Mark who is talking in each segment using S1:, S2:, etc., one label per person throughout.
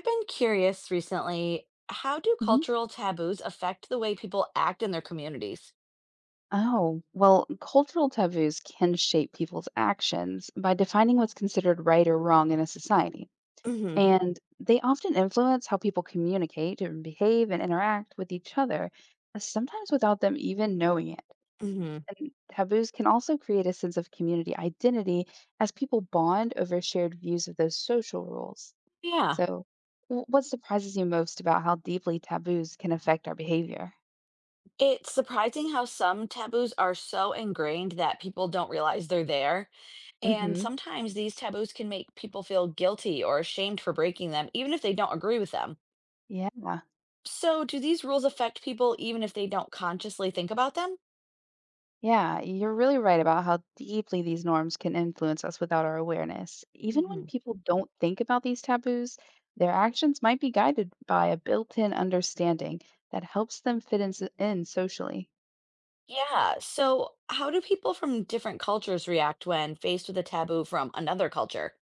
S1: I've been curious recently, how do
S2: Mhm.
S1: cultural taboos affect the way people act in their communities?
S2: Oh, well, cultural taboos can shape people's actions by defining what's considered right or wrong in a society.
S1: Hmm.
S2: And they often influence how people communicate and behave and interact with each other, sometimes without them even knowing it.
S1: Hmm.
S2: And taboos can also create a sense of community identity as people bond over shared views of those social rules.
S1: Yeah,
S2: So, what surprises you most about how deeply taboos can affect our behavior?
S1: it's surprising how some taboos are so ingrained that people don't realize they're there. And
S2: hmm
S1: sometimes these taboos can make people feel guilty or ashamed for breaking them, even if they don't agree with them.
S2: Yeah.
S1: So, do these rules affect people even if they don't consciously think about them?
S2: Yeah, you're really right about how deeply these norms can influence us without our awareness. Even
S1: Hmm.
S2: when people don't think about these taboos, their actions might be guided by a built in understanding that helps them fit in, in socially.
S1: Yeah, so how do people from different cultures react when faced with a taboo from another culture?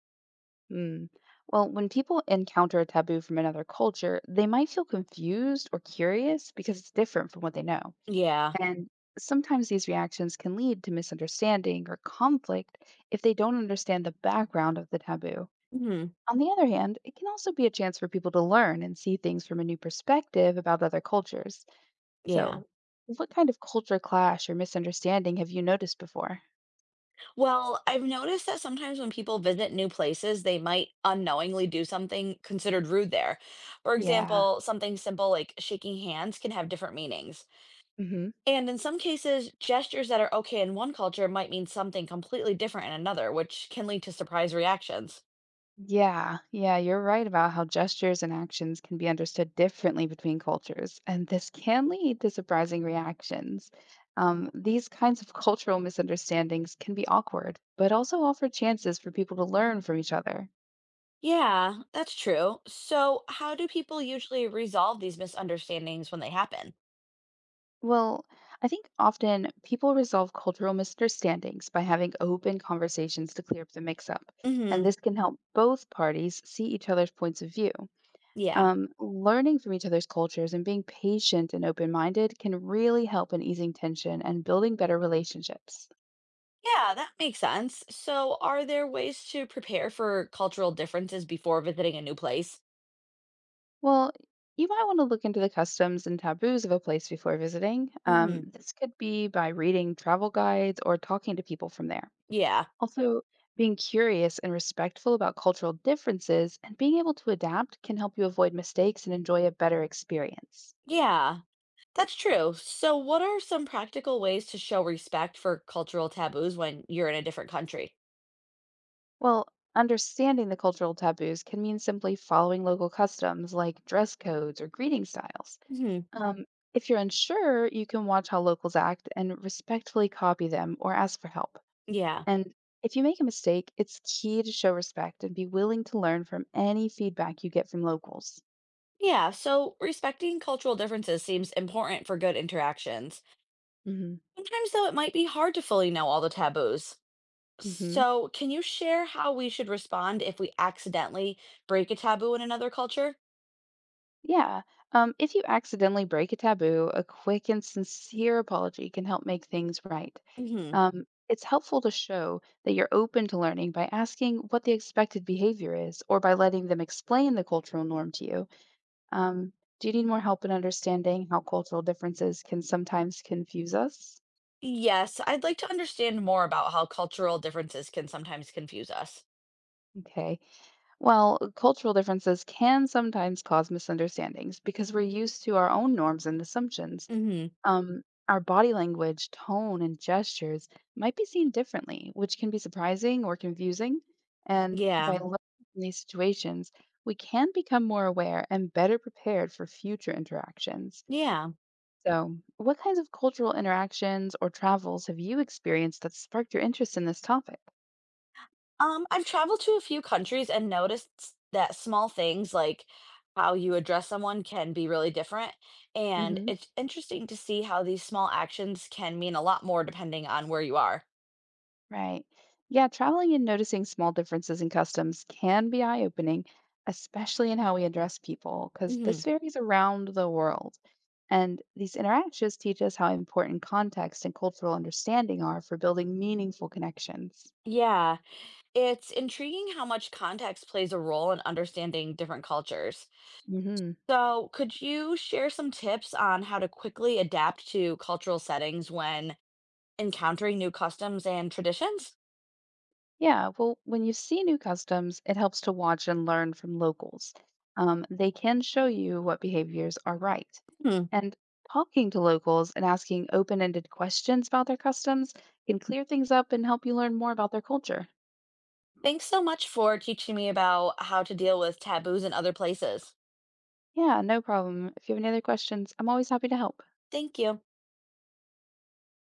S2: Hmm. Well, when people encounter a taboo from another culture, they might feel confused or curious because it's different from what they know.
S1: Yeah.
S2: And sometimes these reactions can lead to misunderstanding or conflict if they don't understand the background of the taboo.
S1: Mhm.
S2: On the other hand, it can also be a chance for people to learn and see things from a new perspective about other cultures.
S1: Yeah.
S2: So, what kind of culture clash or misunderstanding have you noticed before?
S1: Well, I've noticed that sometimes when people visit new places, they might unknowingly do something considered rude there. For
S2: Yeah.
S1: example, something simple like shaking hands can have different meanings.
S2: hmm
S1: And in some cases, gestures that are okay in one culture might mean something completely different in another, which can lead to surprise reactions.
S2: Yeah, yeah, you're right about how gestures and actions can be understood differently between cultures, and this can lead to surprising reactions. These kinds of cultural misunderstandings can be awkward, but also offer chances for people to learn from each other.
S1: Yeah, that's true. So, how do people usually resolve these misunderstandings when they happen?
S2: Well, I think often people resolve cultural misunderstandings by having open conversations to clear up the mix up. And
S1: Mhm.
S2: this can help both parties see each other's points of view.
S1: Yeah.
S2: Learning from each other's cultures and being patient and open minded can really help in easing tension and building better relationships.
S1: Yeah, that makes sense. So, are there ways to prepare for cultural differences before visiting a new place?
S2: Well, you might want to look into the customs and taboos of a place before visiting.
S1: Hmm.
S2: This could be by reading travel guides or talking to people from there.
S1: Yeah,
S2: Also, being curious and respectful about cultural differences and being able to adapt can help you avoid mistakes and enjoy a better experience.
S1: yeah, that's true. So, what are some practical ways to show respect for cultural taboos when you're in a different country?
S2: Well, understanding the cultural taboos can mean simply following local customs like dress codes or greeting styles.
S1: Hmm.
S2: Um, if you're unsure, you can watch how locals act and respectfully copy them or ask for help.
S1: Yeah,
S2: And if you make a mistake, it's key to show respect and be willing to learn from any feedback you get from locals.
S1: yeah. So, respecting cultural differences seems important for good interactions.
S2: hmm
S1: Sometimes, though, it might be hard to fully know all the taboos.
S2: hmm
S1: So, can you share how we should respond if we accidentally break a taboo in another culture?
S2: Yeah. If you accidentally break a taboo, a quick and sincere apology can help make things right.
S1: Hmm.
S2: It's helpful to show that you're open to learning by asking what the expected behavior is or by letting them explain the cultural norm to you. Um, do you need more help in understanding how cultural differences can sometimes confuse us?
S1: Yes, I'd like to understand more about how cultural differences can sometimes confuse us.
S2: Okay. Well, cultural differences can sometimes cause misunderstandings because we're used to our own norms and assumptions.
S1: Hmm.
S2: um, our body language, tone, and gestures might be seen differently, which can be surprising or confusing. And by
S1: Yeah.
S2: learning from these situations, we can become more aware and better prepared for future interactions.
S1: Yeah.
S2: So, what kinds of cultural interactions or travels have you experienced that sparked your interest in this topic?
S1: I've traveled to a few countries and noticed that small things like how you address someone can be really different. And
S2: hmm
S1: it's interesting to see how these small actions can mean a lot more depending on where you are.
S2: Right. Yeah, traveling and noticing small differences in customs can be eye-opening, especially in how we address people, because
S1: Hmm.
S2: this varies around the world. And these interactions teach us how important context and cultural understanding are for building meaningful connections.
S1: Yeah, it's intriguing how much context plays a role in understanding different cultures.
S2: hmm
S1: So, could you share some tips on how to quickly adapt to cultural settings when encountering new customs and traditions?
S2: Yeah, well, when you see new customs, it helps to watch and learn from locals. They can show you what behaviors are right.
S1: Hmm.
S2: And talking to locals and asking open ended questions about their customs can clear things up and help you learn more about their culture.
S1: Thanks so much for teaching me about how to deal with taboos in other places.
S2: Yeah, no problem. If you have any other questions, I'm always happy to help.
S1: Thank you.